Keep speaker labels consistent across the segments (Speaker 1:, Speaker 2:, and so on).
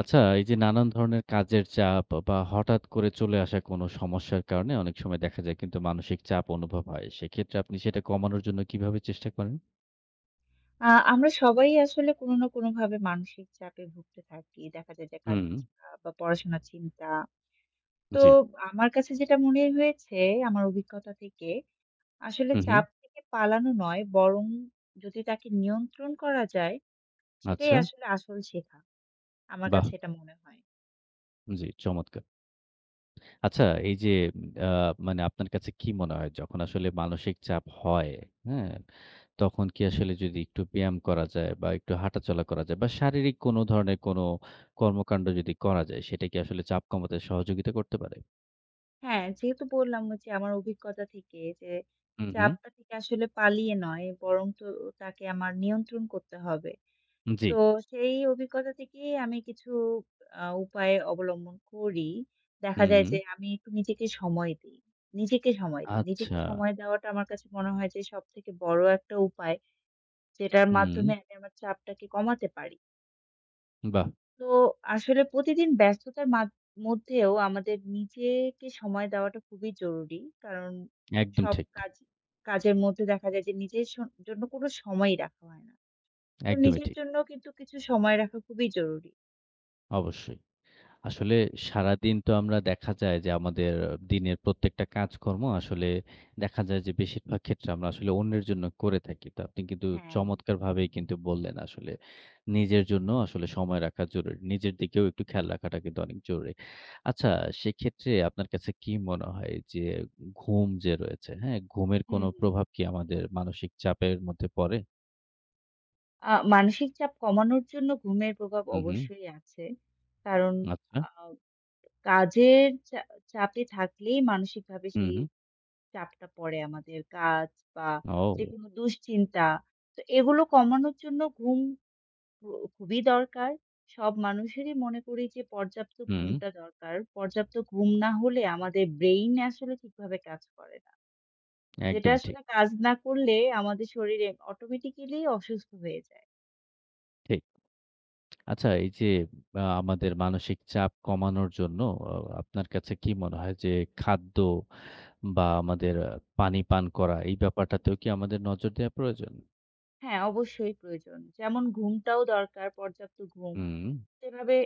Speaker 1: আচ্ছা, এই যে নানান ধরনের কাজের চাপ বা হঠাৎ করে চলে আসা কোনো সমস্যার কারণে অনেক সময় দেখা যায় কিন্তু মানসিক চাপ অনুভব হয়। সেক্ষেত্রে আপনি সেটা কমানোর জন্য কিভাবে চেষ্টা করেন?
Speaker 2: আ আমরা সবাই আসলে কোনো না কোনোভাবে মানসিক চাপে ভুগতে থাকি। দেখা যায় যে
Speaker 1: হুম,
Speaker 2: কাজের চাপ বা পড়াশোনার চিন্তা। তো
Speaker 1: জি।
Speaker 2: আমার কাছে যেটা মনে হয়েছে আমার অভিজ্ঞতা থেকে, আসলে
Speaker 1: হু, হু।
Speaker 2: চাপ থেকে পালানো নয় বরং যদি তাকে নিয়ন্ত্রণ করা যায়, সেটাই
Speaker 1: আচ্ছা,
Speaker 2: আসলে আসল শেখা। আমার
Speaker 1: বাহ!
Speaker 2: কাছে এটা মনে হয়।
Speaker 1: জি, চমৎকার। আচ্ছা, এই যে আ মানে আপনার কাছে কি মনে হয় যখন আসলে মানসিক চাপ হয়, হ্যাঁ? তখন কি আসলে যদি একটু ব্যায়াম করা যায় বা একটু হাঁটাচলা করা যায় বা শারীরিক কোনো ধরনের কোনো কর্মকাণ্ড যদি করা যায়, সেটা কি আসলে চাপ কমাতে সহযোগিতা করতে পারে?
Speaker 2: হ্যাঁ, যেহেতু বললাম যে আমার অভিজ্ঞতা থেকে যে
Speaker 1: হুম, হুম,
Speaker 2: চাপটা থেকে আসলে পালিয়ে নয় বরং তো তাকে আমার নিয়ন্ত্রণ করতে হবে।
Speaker 1: জি।
Speaker 2: তো সেই অভিজ্ঞতা থেকেই আমি কিছু উপায় অবলম্বন করি। দেখা
Speaker 1: হুম,
Speaker 2: যায়
Speaker 1: হুম।
Speaker 2: যে আমি একটু নিজেকে সময় দেই। নিজেকে সময় দেই। নিজেকে
Speaker 1: আচ্ছা।
Speaker 2: সময় দেওয়াটা আমার কাছে মনে হয় যে সবথেকে বড় একটা উপায়, যেটার
Speaker 1: হুম,
Speaker 2: মাধ্যমে আমি আমার চাপটাকে কমাতে পারি।
Speaker 1: বাহ!
Speaker 2: তো আসলে প্রতিদিন ব্যস্ততার মধ্যেও আমাদের নিজেকে সময় দেওয়াটা খুবই জরুরি। কারণ
Speaker 1: একদম
Speaker 2: সব
Speaker 1: ঠিক।
Speaker 2: কাজের মধ্যে দেখা যায় যে নিজের জন্য কোনো সময়ই রাখা হয় না। তো
Speaker 1: একদমই
Speaker 2: নিজের
Speaker 1: ঠিক।
Speaker 2: জন্য কিন্তু কিছু সময় রাখা খুবই জরুরি।
Speaker 1: অবশ্যই। আসলে সারাদিন তো আমরা দেখা যায় যে আমাদের দিনের প্রত্যেকটা কাজকর্ম আসলে দেখা যায় যে বেশিরভাগ ক্ষেত্রে আমরা আসলে অন্যের জন্য করে থাকি। তো আপনি কিন্তু
Speaker 2: হ্যাঁ,
Speaker 1: চমৎকারভাবেই কিন্তু বললেন আসলে নিজের জন্য আসলে সময় রাখা জরুরি। নিজের দিকেও একটু খেয়াল রাখাটা কিন্তু অনেক জরুরি। আচ্ছা সেক্ষেত্রে আপনার কাছে কি মনে হয় যে ঘুম যে রয়েছে, হ্যাঁ? ঘুমের
Speaker 2: হুম,
Speaker 1: কোনো
Speaker 2: হুম।
Speaker 1: প্রভাব কি আমাদের মানসিক চাপের মধ্যে পড়ে?
Speaker 2: মানসিক চাপ কমানোর জন্য ঘুমের প্রভাব
Speaker 1: হু, হু।
Speaker 2: অবশ্যই আছে। কারণ
Speaker 1: আচ্ছা।
Speaker 2: আ কাজের চাপে থাকলেই মানসিকভাবে
Speaker 1: হুম,
Speaker 2: সেই
Speaker 1: হুম।
Speaker 2: চাপটা পড়ে আমাদের। কাজ বা
Speaker 1: ও!
Speaker 2: যেকোনো দুশ্চিন্তা। তো এগুলো কমানোর জন্য ঘুম খু খুবই দরকার। সব মানুষেরই মনে করি যে পর্যাপ্ত
Speaker 1: হুম,
Speaker 2: ঘুমটা দরকার। পর্যাপ্ত ঘুম না হলে আমাদের ব্রেইন আসলে ঠিকভাবে কাজ করে না। যেটা
Speaker 1: একদমই ঠিক,
Speaker 2: আসলে কাজ না করলে আমাদের শরীরে অটোমেটিক্যালি অসুস্থ হয়ে যায়।
Speaker 1: ঠিক। আচ্ছা এই যে আমাদের মানসিক চাপ কমানোর জন্য আ আপনার কাছে কি মনে হয় যে খাদ্য বা আমাদের পানি পান করা এই ব্যাপারটাতেও কি আমাদের নজর দেয়া প্রয়োজন?
Speaker 2: হ্যাঁ, অবশ্যই প্রয়োজন। যেমন ঘুমটাও দরকার, পর্যাপ্ত ঘুম।
Speaker 1: হুম,
Speaker 2: সেভাবে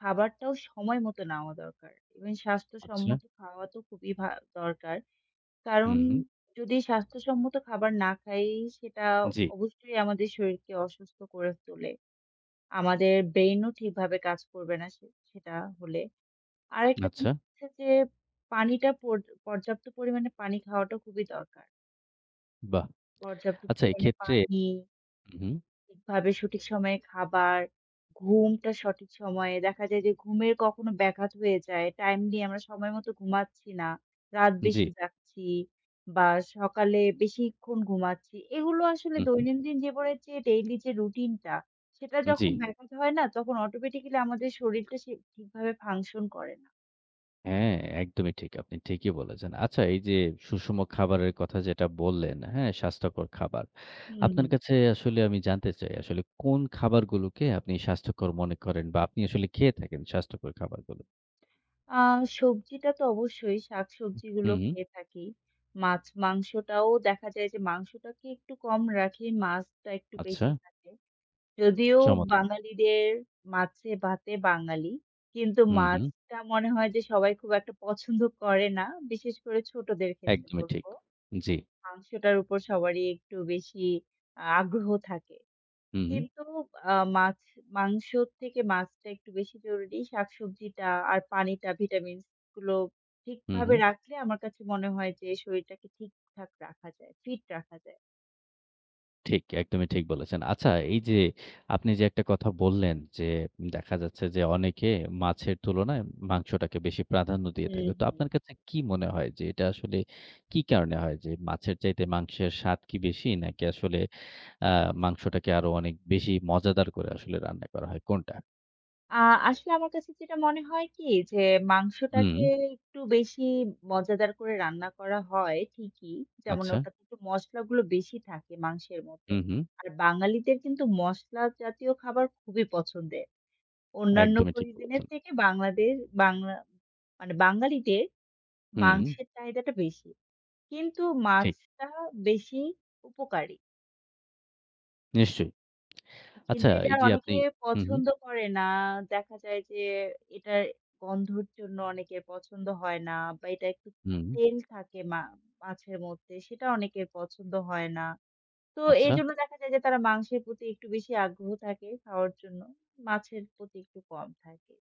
Speaker 2: খাবারটাও সময় মতো নেওয়া দরকার। এবং
Speaker 1: আচ্ছা।
Speaker 2: স্বাস্থ্যসম্মত খাওয়া তো খুবই দরকার। কারণ
Speaker 1: হুম, হুম।
Speaker 2: যদি স্বাস্থ্যসম্মত খাবার না খাই, সেটা
Speaker 1: জি,
Speaker 2: অবশ্যই আমাদের শরীরকে অসুস্থ করে তোলে। আমাদের ব্রেইন ও ঠিকভাবে কাজ করবে না সেটা হলে। আরেকটা
Speaker 1: আচ্ছা,
Speaker 2: জিনিস হচ্ছে যে পানিটা পর্যাপ্ত পরিমাণে পানি খাওয়াটা খুবই দরকার।
Speaker 1: বাহ!
Speaker 2: পর্যাপ্ত
Speaker 1: আচ্ছা
Speaker 2: পরিমাণে
Speaker 1: এক্ষেত্রে
Speaker 2: পানি
Speaker 1: হুম,
Speaker 2: ঠিকভাবে সঠিক সময়ে খাবার, ঘুমটা সঠিক সময়ে দেখা যায় যে ঘুমের কখনো ব্যাঘাত হয়ে যায়। টাইমলি আমরা সময় মতো ঘুমাচ্ছি না। রাত
Speaker 1: জি,
Speaker 2: বেশি জাগছি বা সকালে বেশিক্ষণ ঘুমাচ্ছি। এগুলো আসলে
Speaker 1: হুম,
Speaker 2: দৈনন্দিন জীবনের যে ডেইলি যে রুটিনটা, সেটা
Speaker 1: হুম, জি।
Speaker 2: যখন ব্যাঘাত হয় না, তখন অটোমেটিক্যালি আমাদের শরীরটা সে ঠিকভাবে ফাংশন করে না।
Speaker 1: হ্যাঁ, একদমই ঠিক। আপনি ঠিকই বলেছেন। আচ্ছা এই যে সুষম খাবারের কথা যেটা বললেন, হ্যাঁ? স্বাস্থ্যকর খাবার।
Speaker 2: হুম,
Speaker 1: আপনার
Speaker 2: হুম।
Speaker 1: কাছে আসলে আমি জানতে চাই আসলে কোন খাবারগুলোকে আপনি স্বাস্থ্যকর মনে করেন বা আপনি আসলে খেয়ে থাকেন স্বাস্থ্যকর খাবারগুলো?
Speaker 2: আ সবজিটা তো অবশ্যই শাকসবজিগুলো
Speaker 1: হুম, হুম।
Speaker 2: খেয়ে থাকি। মাছ, মাংসটাও দেখা যায় যে মাংসটাকে একটু কম রাখি, মাছটা একটু
Speaker 1: আচ্ছা,
Speaker 2: বেশি থাকে। যদিও
Speaker 1: চমৎকার!
Speaker 2: বাঙালিদের মাছে ভাতে বাঙালি, কিন্তু
Speaker 1: হুম, হুম।
Speaker 2: মাছটা মনে হয় যে সবাই খুব একটা পছন্দ করে না। বিশেষ করে ছোটদের ক্ষেত্রে
Speaker 1: একদমই
Speaker 2: বলব।
Speaker 1: ঠিক। জি।
Speaker 2: মাংসটার উপর সবারই একটু বেশি আগ্রহ থাকে।
Speaker 1: হুম, হুম।
Speaker 2: কিন্তু আ মাছ মাংসর থেকে মাছটা একটু বেশি জরুরি। শাকসবজিটা আর পানিটা, ভিটামিনস গুলো
Speaker 1: হুম,
Speaker 2: ঠিকভাবে
Speaker 1: হুম।
Speaker 2: রাখলে আমার কাছে মনে হয় যে শরীরটাকে ঠিকঠাক রাখা যায়, ফিট রাখা যায়।
Speaker 1: ঠিক, একদমই ঠিক বলেছেন। আচ্ছা এই যে আপনি যে একটা কথা বললেন যে দেখা যাচ্ছে যে অনেকে মাছের তুলনায় মাংসটাকে বেশি প্রাধান্য দিয়ে
Speaker 2: হুম,
Speaker 1: থাকে। তো
Speaker 2: হুম।
Speaker 1: আপনার কাছে কি মনে হয় যে এটা আসলে কি কারণে হয় যে মাছের চাইতে মাংসের স্বাদ কি বেশি নাকি আসলে আ মাংসটাকে আরো অনেক বেশি মজাদার করে আসলে রান্না করা হয় কোনটা?
Speaker 2: আ আসলে আমার কাছে যেটা মনে হয় কি যে
Speaker 1: হুম,
Speaker 2: মাংসটাকে একটু বেশি মজাদার করে রান্না করা হয় ঠিকই। যেমন
Speaker 1: আচ্ছা।
Speaker 2: ওটাতে একটু মসলাগুলো বেশি থাকে মাংসের মধ্যে।
Speaker 1: হুম, হুম।
Speaker 2: আর বাঙালিদের কিন্তু মসলা জাতীয় খাবার খুবই পছন্দের। অন্যান্য
Speaker 1: একদমই ঠিক
Speaker 2: কুইজিনের
Speaker 1: বলেছেন।
Speaker 2: থেকে বাংলাদেশ বাংলা মানে বাঙালিদের
Speaker 1: হুম,
Speaker 2: মাংসের চাহিদাটা বেশি। কিন্তু
Speaker 1: ঠিক।
Speaker 2: মাছটা বেশি উপকারী।
Speaker 1: নিশ্চয়ই।
Speaker 2: কিন্তু
Speaker 1: আচ্ছা
Speaker 2: এটা
Speaker 1: এই যে
Speaker 2: অনেকে
Speaker 1: আপনি হুম, হুম,
Speaker 2: পছন্দ করে না। দেখা যায় যে এটার গন্ধর জন্য অনেকের পছন্দ হয় না বা এটা একটু
Speaker 1: হুম,
Speaker 2: তেল থাকে মাছের মধ্যে সেটা অনেকের পছন্দ হয় না। তো
Speaker 1: আচ্ছা।
Speaker 2: এজন্য দেখা যায় যে তারা মাংসের প্রতি একটু বেশি আগ্রহ থাকে খাওয়ার জন্য। মাছের প্রতি একটু কম থাকে।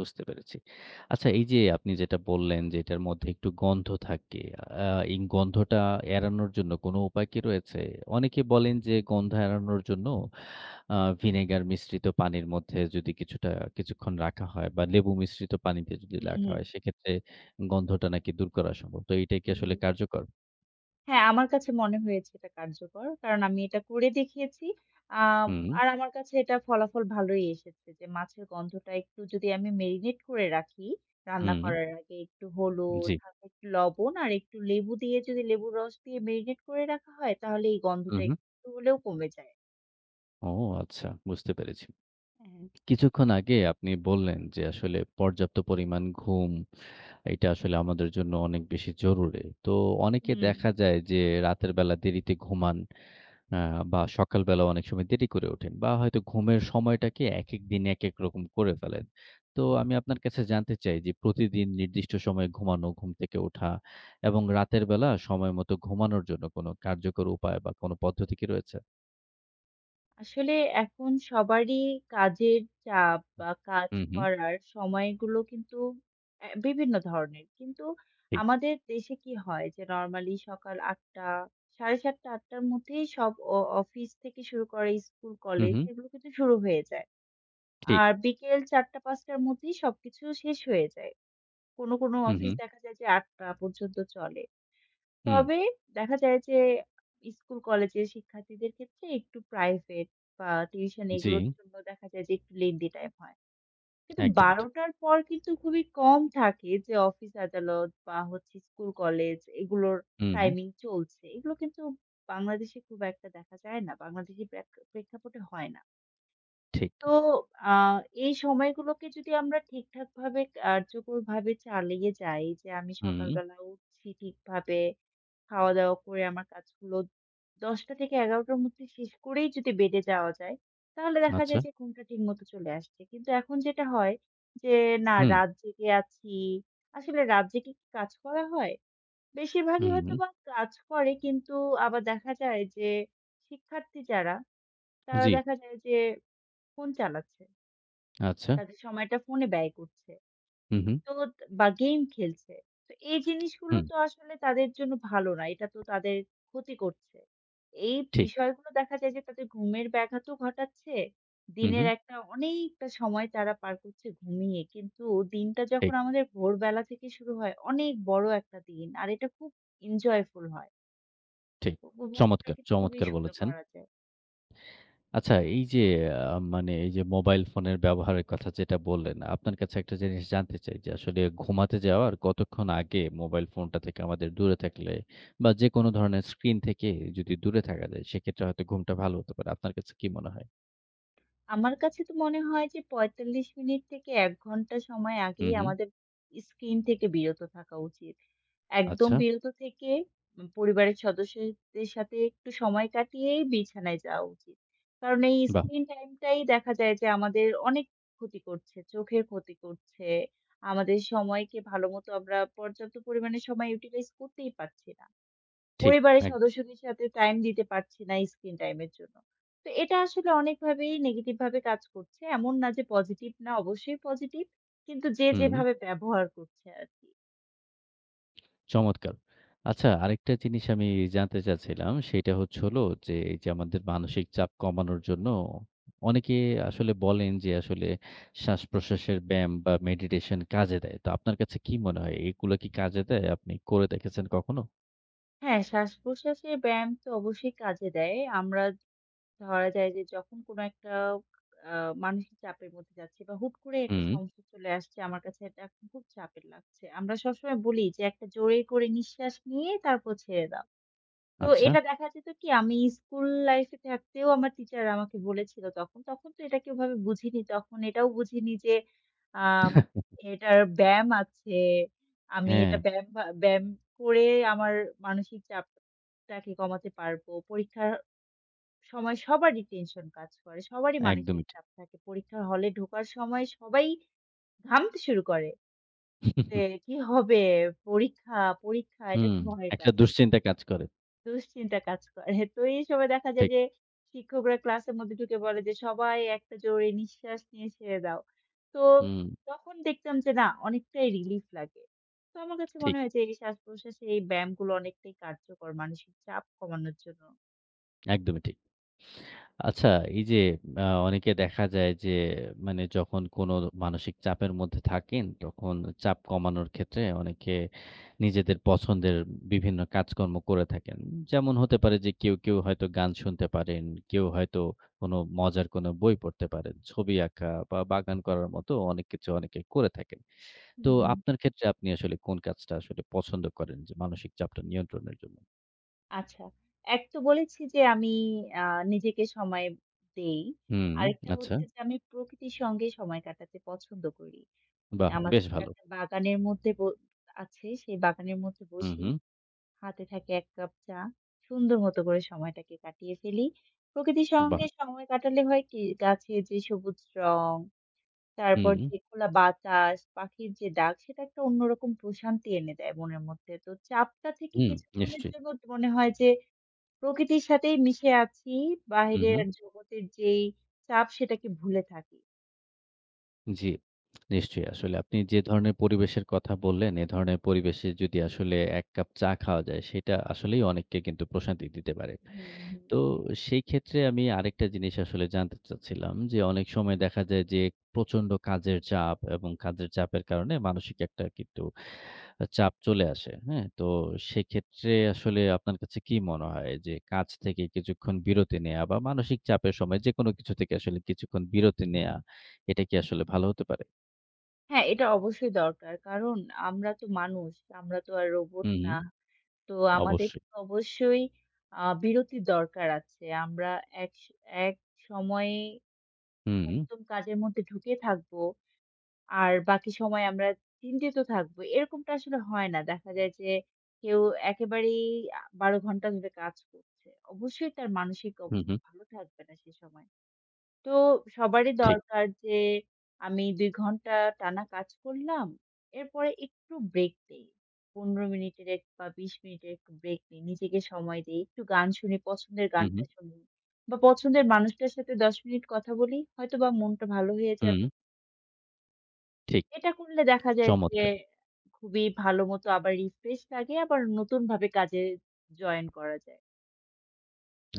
Speaker 1: বুঝতে পেরেছি। আচ্ছা এই যে আপনি যেটা বললেন যে এটার মধ্যে একটু গন্ধ থাকে। আ এই গন্ধটা এড়ানোর জন্য কোনো উপায় কি রয়েছে? অনেকে বলেন যে গন্ধ এড়ানোর জন্য আ ভিনেগার মিশ্রিত পানির মধ্যে যদি কিছুটা কিছুক্ষণ রাখা হয় বা লেবু মিশ্রিত পানিতে যদি
Speaker 2: হুম,
Speaker 1: রাখা
Speaker 2: হুম।
Speaker 1: হয় সেক্ষেত্রে গন্ধটা নাকি দূর করা সম্ভব। তো এইটাই কি
Speaker 2: হুম,
Speaker 1: আসলে
Speaker 2: হুম।
Speaker 1: কার্যকর?
Speaker 2: হ্যাঁ, আমার কাছে মনে হয়েছে এটা কার্যকর। কারণ আমি এটা করে দেখিয়েছি। আ
Speaker 1: হুম,
Speaker 2: আর আমার কাছে এটা ফলাফল ভালোই এসেছে যে মাছের গন্ধটা একটু যদি আমি মেরিনেট করে রাখি, রান্না
Speaker 1: হুম,
Speaker 2: করার আগে একটু হলুদ,
Speaker 1: জি।
Speaker 2: হালকা একটু লবণ আর একটু লেবু দিয়ে যদি লেবুর রস দিয়ে মেরিনেট করে রাখা হয় তাহলে এই
Speaker 1: হু,
Speaker 2: গন্ধটা
Speaker 1: হু।
Speaker 2: একটু হলেও কমে যায়।
Speaker 1: ও আচ্ছা বুঝতে পেরেছি।
Speaker 2: হ্যাঁ।
Speaker 1: কিছুক্ষণ আগে আপনি বললেন যে আসলে পর্যাপ্ত পরিমাণ ঘুম এটা আসলে আমাদের জন্য অনেক বেশি জরুরি। তো অনেকে
Speaker 2: হুম।
Speaker 1: দেখা যায় যে রাতের বেলা দেরিতে ঘুমান আ বা সকালবেলা অনেক সময় দেরি করে ওঠেন বা হয়তো ঘুমের সময়টাকে একেক দিন একেক রকম করে ফেলেন। তো আমি আপনার কাছে জানতে চাই যে প্রতিদিন নির্দিষ্ট সময়ে ঘুমানো, ঘুম থেকে ওঠা এবং রাতের বেলা সময় মতো ঘুমানোর জন্য কোনো কার্যকর উপায় বা কোনো পদ্ধতি কি রয়েছে?
Speaker 2: আসলে এখন সবারই কাজের চাপ বা কাজ
Speaker 1: হুম, হুম।
Speaker 2: করার সময়গুলো কিন্তু বিভিন্ন ধরনের। কিন্তু
Speaker 1: ঠিক।
Speaker 2: আমাদের দেশে কি হয় যে নরমালি সকাল ৮:০০ ৭:৩০ ৮:০০ র মধ্যেই সব অফিস থেকে শুরু করে স্কুল,
Speaker 1: হুম,
Speaker 2: কলেজ
Speaker 1: হুম।
Speaker 2: এগুলো কিন্তু শুরু হয়ে যায়।
Speaker 1: ঠিক।
Speaker 2: আর বিকেল ৪:০০ ৫:০০ র মধ্যেই সবকিছু শেষ হয়ে যায়। কোনো, কোনো
Speaker 1: হুম,
Speaker 2: অফিস
Speaker 1: হুম।
Speaker 2: দেখা যায় যে ৮:০০ পর্যন্ত চলে।
Speaker 1: হুম।
Speaker 2: তবে দেখা যায় যে স্কুল কলেজের শিক্ষার্থীদের ক্ষেত্রে একটু প্রাইভেট বা টিউশন
Speaker 1: জি।
Speaker 2: এগুলোর জন্য দেখা যায় যে একটু লেংদি টাইম হয়। কিন্তু
Speaker 1: একদমই ঠিক।
Speaker 2: ১২:০০ পর কিন্তু খুবই কম থাকে যে অফিস আদালত বা হচ্ছে স্কুল কলেজ এগুলোর
Speaker 1: হুম,
Speaker 2: টাইমিং চলছে। এগুলো কিন্তু বাংলাদেশে খুব একটা দেখা যায় না। বাংলাদেশি প্রেক্ষাপটে হয় না।
Speaker 1: ঠিক।
Speaker 2: তো আ এই সময়গুলোকে যদি আমরা ঠিকঠাকভাবে কার্যকরভাবে চালিয়ে যাই যে আমি
Speaker 1: হুম,
Speaker 2: সকালবেলা উঠছি ঠিকভাবে খাওয়া-দাওয়া করে আমার কাজগুলো ১০:০০-১১:০০ র মধ্যে শেষ করেই যদি বেডে যাওয়া যায়, তাহলে দেখা
Speaker 1: আচ্ছা।
Speaker 2: যায় যে ঘুমটা ঠিকমতো চলে আসছে। কিন্তু এখন যেটা হয় যে, না
Speaker 1: হুম,
Speaker 2: রাত জেগে আছি। আসলে রাত জেগে কি কাজ করা হয়? বেশিরভাগই
Speaker 1: হুম, হুম।
Speaker 2: হয়তোবা কাজ করে কিন্তু আবার দেখা যায় যে শিক্ষার্থী যারা, তারা
Speaker 1: জি,
Speaker 2: দেখা যায় যে ফোন চালাচ্ছে।
Speaker 1: আচ্ছা।
Speaker 2: তাদের সময়টা ফোনে ব্যয় করছে।
Speaker 1: হুম, হুম,
Speaker 2: তো বা গেম খেলছে। তো এই জিনিসগুলো
Speaker 1: হুম।
Speaker 2: তো আসলে তাদের জন্য ভালো না। এটা তো তাদের ক্ষতি করছে। এই
Speaker 1: ঠিক।
Speaker 2: বিষয়গুলো দেখা যায় যে তাদের ঘুমের ব্যাঘাতও ঘটাচ্ছে।
Speaker 1: হুম,
Speaker 2: দিনের
Speaker 1: হুম।
Speaker 2: একটা অনেকটা সময় তারা পার করছে ঘুমিয়ে। কিন্তু দিনটা যখন
Speaker 1: ঠিক,
Speaker 2: আমাদের ভোরবেলা থেকে শুরু হয়, অনেক বড় একটা দিন। আর এটা খুব enjoyful হয়।
Speaker 1: ঠিক।
Speaker 2: উপভোগটা
Speaker 1: চমৎকার,
Speaker 2: কিন্তু খুবই
Speaker 1: চমৎকার
Speaker 2: সুন্দর
Speaker 1: বলেছেন।
Speaker 2: করা যায়।
Speaker 1: আচ্ছা এই যে মানে এই যে মোবাইল ফোনের ব্যবহারের কথা যেটা বললেন, আপনার কাছে একটা জিনিস জানতে চাই যে আসলে ঘুমাতে যাওয়ার কতক্ষণ আগে মোবাইল ফোনটা থেকে আমাদের দূরে থাকলে বা যেকোনো ধরনের স্ক্রিন থেকে যদি দূরে থাকা যায় সেক্ষেত্রে হয়তো ঘুমটা ভালো হতে পারে। আপনার কাছে কি মনে হয়?
Speaker 2: আমার কাছে তো মনে হয় যে ৪৫ মিনিট থেকে ১ ঘন্টা সময়
Speaker 1: হুম,
Speaker 2: আগেই
Speaker 1: হুম।
Speaker 2: আমাদের স্ক্রিন থেকে বিরত থাকা উচিত। একদম
Speaker 1: আচ্ছা,
Speaker 2: বিরত থেকে পরিবারের সদস্যদের সাথে একটু সময় কাটিয়েই বিছানায় যাওয়া উচিত। কারণ এই
Speaker 1: বাহ!
Speaker 2: স্ক্রিন টাইমটাই দেখা যায় যে আমাদের অনেক ক্ষতি করছে, চোখের ক্ষতি করছে। আমাদের সময়কে ভালোমতো আমরা পর্যাপ্ত পরিমাণে সময় ইউটিলাইজ করতেই পারছি না।
Speaker 1: ঠিক।
Speaker 2: পরিবারের
Speaker 1: একদম।
Speaker 2: সদস্যদের সাথে টাইম দিতে পারছি না স্ক্রিন টাইমের জন্য। তো এটা আসলে অনেকভাবেই নেগেটিভ ভাবে কাজ করছে। এমন না যে পজিটিভ না, অবশ্যই পজিটিভ। কিন্তু যে
Speaker 1: হুম।
Speaker 2: যেভাবে ব্যবহার করছে আরকি।
Speaker 1: চমৎকার! আচ্ছা আরেকটা জিনিস আমি জানতে চাচ্ছিলাম সেটা হচ্ছে হলো যে, এই যে আমাদের মানসিক চাপ কমানোর জন্য অনেকে আসলে বলেন যে আসলে শ্বাসপ্রশ্বাসের ব্যায়াম বা মেডিটেশন কাজে দেয়। তো আপনার কাছে কি মনে হয় এগুলা কি কাজে দেয়? আপনি করে দেখেছেন কখনো?
Speaker 2: হ্যাঁ, শ্বাস-প্রশ্বাসের ব্যায়াম তো অবশ্যই কাজে দেয়। আমরা ধরা যায় যে যখন কোনো একটা আ মানসিক চাপের মধ্যে যাচ্ছি বা হুট করে একটা
Speaker 1: হুম।
Speaker 2: সমস্যা চলে আসছে, আমার কাছে এটা এখন খুব চাপের লাগছে। আমরা সবসময় বলি যে, "একটা জোরে করে নিঃশ্বাস নিয়ে তারপর ছেড়ে দাও।" তো
Speaker 1: আচ্ছা।
Speaker 2: এটা দেখা যেত কি আমি স্কুল লাইফ এ থাকতেও আমার টিচার আমাকে বলেছিল তখন। তখন তো এটাকে ওভাবে বুঝিনি। তখন এটাও বুঝিনি যে আ এটার ব্যায়াম আছে। আমি
Speaker 1: হ্যাঁ,
Speaker 2: এটা ব্যায়াম বা ব্যায়াম করে আমার মানসিক চাপটাকে কমাতে পারবো। পরীক্ষার সময় সবারই টেনশন কাজ করে। সবারই মানসিক
Speaker 1: একদমই ঠিক।
Speaker 2: চাপ থাকে। পরীক্ষার হলে ঢোকার সময় সবাই ঘামতে শুরু করে। যে কি হবে? পরীক্ষা, পরীক্ষা এটা
Speaker 1: হুম,
Speaker 2: একটা ভয়ের
Speaker 1: একটা
Speaker 2: কাজ।
Speaker 1: দুশ্চিন্তা কাজ করে।
Speaker 2: দুশ্চিন্তা কাজ করে। তো এই সময় দেখা যায়
Speaker 1: ঠিক।
Speaker 2: যে শিক্ষকরা ক্লাসের মধ্যে ঢুকে বলে যে, "সবাই একটা জোরে নিঃশ্বাস নিয়ে ছেড়ে দাও।" তো
Speaker 1: হুম,
Speaker 2: তখন দেখতাম যে না অনেকটাই রিলিফ লাগে। তো আমার কাছে মনে
Speaker 1: ঠিক।
Speaker 2: হয় যে এই শ্বাস-প্রশ্বাসের এই ব্যায়ামগুলো অনেকটাই কার্যকর মানসিক চাপ কমানোর জন্য।
Speaker 1: একদমই ঠিক। আচ্ছা, এই যে অনেকে দেখা যায় যে মানে যখন কোনো মানসিক চাপের মধ্যে থাকেন, তখন চাপ কমানোর ক্ষেত্রে অনেকে নিজেদের পছন্দের বিভিন্ন কাজকর্ম করে থাকেন। যেমন হতে পারে যে কেউ হয়তো গান শুনতে পারেন, কেউ হয়তো কোনো মজার কোনো বই পড়তে পারেন, ছবি আঁকা বা বাগান করার মতো অনেক কিছু অনেকে করে থাকেন। তো
Speaker 2: হুম, হুম।
Speaker 1: আপনার ক্ষেত্রে আপনি আসলে কোন কাজটা আসলে পছন্দ করেন যে মানসিক চাপটা নিয়ন্ত্রণের জন্য?
Speaker 2: আচ্ছা। এক তো বলেছি যে আমি আ নিজেকে সময় দেই।
Speaker 1: হুম,
Speaker 2: আরেকটা
Speaker 1: আচ্ছা।
Speaker 2: হচ্ছে যে আমি প্রকৃতির সঙ্গে সময় কাটাতে পছন্দ করি।
Speaker 1: বাহ!
Speaker 2: আমার
Speaker 1: বেশ
Speaker 2: ছোট
Speaker 1: ভালো।
Speaker 2: একটা বাগানের মধ্যে আছে। সেই বাগানের মধ্যে
Speaker 1: হুম,
Speaker 2: বসি।
Speaker 1: হুম।
Speaker 2: হাতে থাকে ১ কাপ চা। সুন্দর মতো করে সময়টাকে কাটিয়ে ফেলি। প্রকৃতির
Speaker 1: বাহ!
Speaker 2: সঙ্গে সময় কাটালে হয় কি গাছের যে সবুজ রং, তারপর
Speaker 1: হুম।
Speaker 2: যে খোলা বাতাস, পাখির যে ডাক সেটা একটা অন্যরকম প্রশান্তি এনে দেয় মনের মধ্যে। তো চাপটা থেকে
Speaker 1: হুম,
Speaker 2: কিছুক্ষণের
Speaker 1: নিশ্চয়ই।
Speaker 2: জন্য মনে হয় যে প্রকৃতির সাথেই মিশে আছি।
Speaker 1: হু, হু।
Speaker 2: বাহিরের জগতের যেই চাপ সেটাকে ভুলে থাকি।
Speaker 1: জি, নিশ্চয়ই। আসলে আপনি যে ধরনের পরিবেশের কথা বললেন, এ ধরনের পরিবেশে যদি আসলে ১ কাপ চা খাওয়া যায়, সেটা আসলেই অনেককে কিন্তু প্রশান্তি দিতে পারে।
Speaker 2: হুম, হুম।
Speaker 1: তো সেই ক্ষেত্রে আমি আরেকটা জিনিস আসলে জানতে চাচ্ছিলাম যে, অনেক সময় দেখা যায় যে প্রচণ্ড কাজের চাপ এবং কাজের চাপের কারণে মানসিক একটা কিন্তু চাপ চলে আসে। হ্যাঁ? তো সেক্ষেত্রে আসলে আপনার কাছে কি মনে হয় যে কাজ থেকে কিছুক্ষণ বিরতি নেয়া বা মানসিক চাপের সময় যেকোনো কিছু থেকে আসলে কিছুক্ষণ বিরতি নেয়া এটা কি আসলে ভালো হতে পারে?
Speaker 2: হ্যাঁ, এটা অবশ্যই দরকার। কারণ আমরা তো মানুষ, আমরা তো আর রোবট
Speaker 1: হুম, হুম,
Speaker 2: না। তো আমাদের তো
Speaker 1: অবশ্যই।
Speaker 2: অবশ্যই বিরতির দরকার আছে। আমরা এক স এক সময়ে
Speaker 1: হুম, হুম,
Speaker 2: একদম কাজের মধ্যে ঢুকে থাকবো। আর বাকি সময় আমরা চিন্তিত থাকবো। এরকমটা আসলে হয় না। দেখা যায় যে কেউ একেবারেই ১২ ঘন্টা ধরে কাজ করছে। অবশ্যই তার মানসিক
Speaker 1: হুম, হুম,
Speaker 2: অবস্থা ভালো থাকবে না সে সময়। তো সবারই
Speaker 1: ঠিক।
Speaker 2: দরকার যে আমি ২ ঘন্টা টানা কাজ করলাম। এরপরে একটু ব্রেক দেই। ১৫ মিনিটের এক বা ২০ মিনিটের একটু ব্রেক নিই। নিজেকে সময় দেই। একটু গান শুনি, পছন্দের
Speaker 1: হুম, হুম,
Speaker 2: গানটা শুনি বা পছন্দের মানুষটার সাথে ১০ মিনিট কথা বলি। হয়তোবা মনটা ভালো হয়ে
Speaker 1: হুম,
Speaker 2: যাবে।
Speaker 1: হুম, ঠিক।
Speaker 2: এটা করলে দেখা যায় যে
Speaker 1: চমৎকার!
Speaker 2: খুবই ভালো মতো আবার রিফ্রেশ লাগে, আবার নতুনভাবে কাজে জয়েন করা যায়।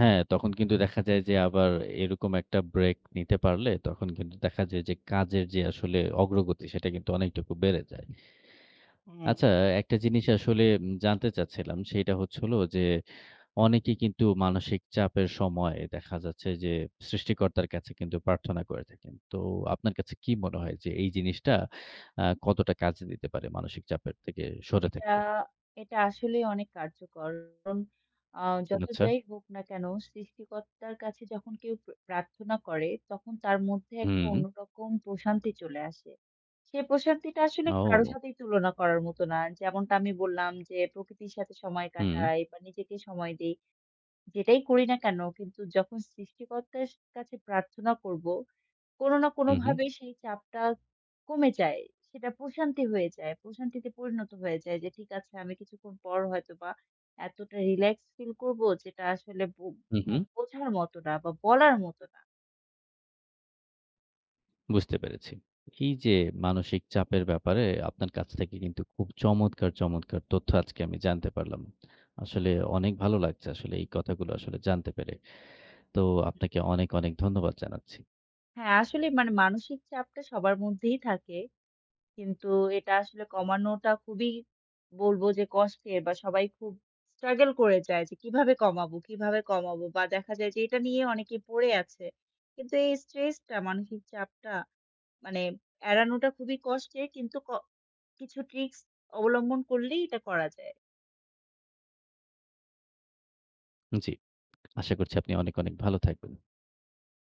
Speaker 1: হ্যাঁ, তখন কিন্তু দেখা যায় যে আবার এরকম একটা ব্রেক নিতে পারলে তখন কিন্তু দেখা যায় যে কাজের যে আসলে অগ্রগতি সেটা কিন্তু অনেকটুকু বেড়ে যায়।
Speaker 2: হুম।
Speaker 1: আচ্ছা একটা জিনিস আসলে জানতে চাচ্ছিলাম সেটা হচ্ছে হলো যে অনেকেই কিন্তু মানসিক চাপের সময় দেখা যাচ্ছে যে সৃষ্টিকর্তার কাছে কিন্তু প্রার্থনা করে থাকেন। তো আপনার কাছে কি মনে হয় যে এই জিনিসটা কতটা কাজে দিতে পারে মানসিক চাপের থেকে সরে
Speaker 2: এটা
Speaker 1: থাকতে?
Speaker 2: এটা আসলেই অনেক কার্যকর। কারণ আ যত
Speaker 1: আচ্ছা।
Speaker 2: যাই হোক না কেন সৃষ্টিকর্তার কাছে যখন কেউ প্রার্থনা করে তখন তার মধ্যে একটা
Speaker 1: হুম।
Speaker 2: অন্যরকম প্রশান্তি চলে আসে। সে প্রশান্তিটা আসলে কারো
Speaker 1: ও!
Speaker 2: সাথেই তুলনা করার মতো না। যেমনটা আমি বললাম যে প্রকৃতির সাথে সময়
Speaker 1: হুম।
Speaker 2: কাটাই বা নিজেকে সময় দেই। যেটাই করি না কেন কিন্তু যখন সৃষ্টিকর্তার কাছে প্রার্থনা করব, কোনো না
Speaker 1: হু, হু।
Speaker 2: কোনোভাবে সেই চাপটা কমে যায়। সেটা প্রশান্তি হয়ে যায়। প্রশান্তিতে পরিণত হয়ে যায় যে ঠিক আছে আমি কিছুক্ষণ পর হয়তোবা এতটা রিল্যাক্স ফিল করব যেটা আসলে বো
Speaker 1: হু, হু।
Speaker 2: বো বোঝার মতো না বা বলার মতো না।
Speaker 1: বুঝতে পেরেছি। এই যে মানসিক চাপের ব্যাপারে আপনার কাছ থেকে কিন্তু খুব চমৎকার, চমৎকার তথ্য আজকে আমি জানতে পারলাম। আসলে অনেক ভালো লাগছে আসলে এই কথাগুলো আসলে জানতে পেরে। তো আপনাকে অনেক, অনেক ধন্যবাদ জানাচ্ছি।
Speaker 2: হ্যাঁ, আসলে মানে মানসিক চাপটা সবার মধ্যেই থাকে। কিন্তু এটা আসলে কমানোটা খুবই বলবো যে কষ্টের বা সবাই খুব struggle করে যায় যে কিভাবে কমাবো, কিভাবে কমাবো? বা দেখা যায় যে এটা নিয়ে অনেকে পড়ে আছে। কিন্তু এই স্ট্রেসটা মানসিক চাপটা মানে এড়ানোটা খুবই কষ্টের কিন্তু কিছু ট্রিকস অবলম্বন করলেই এটা করা যায়।
Speaker 1: জি। আশা করছি আপনি অনেক, অনেক ভালো থাকবেন।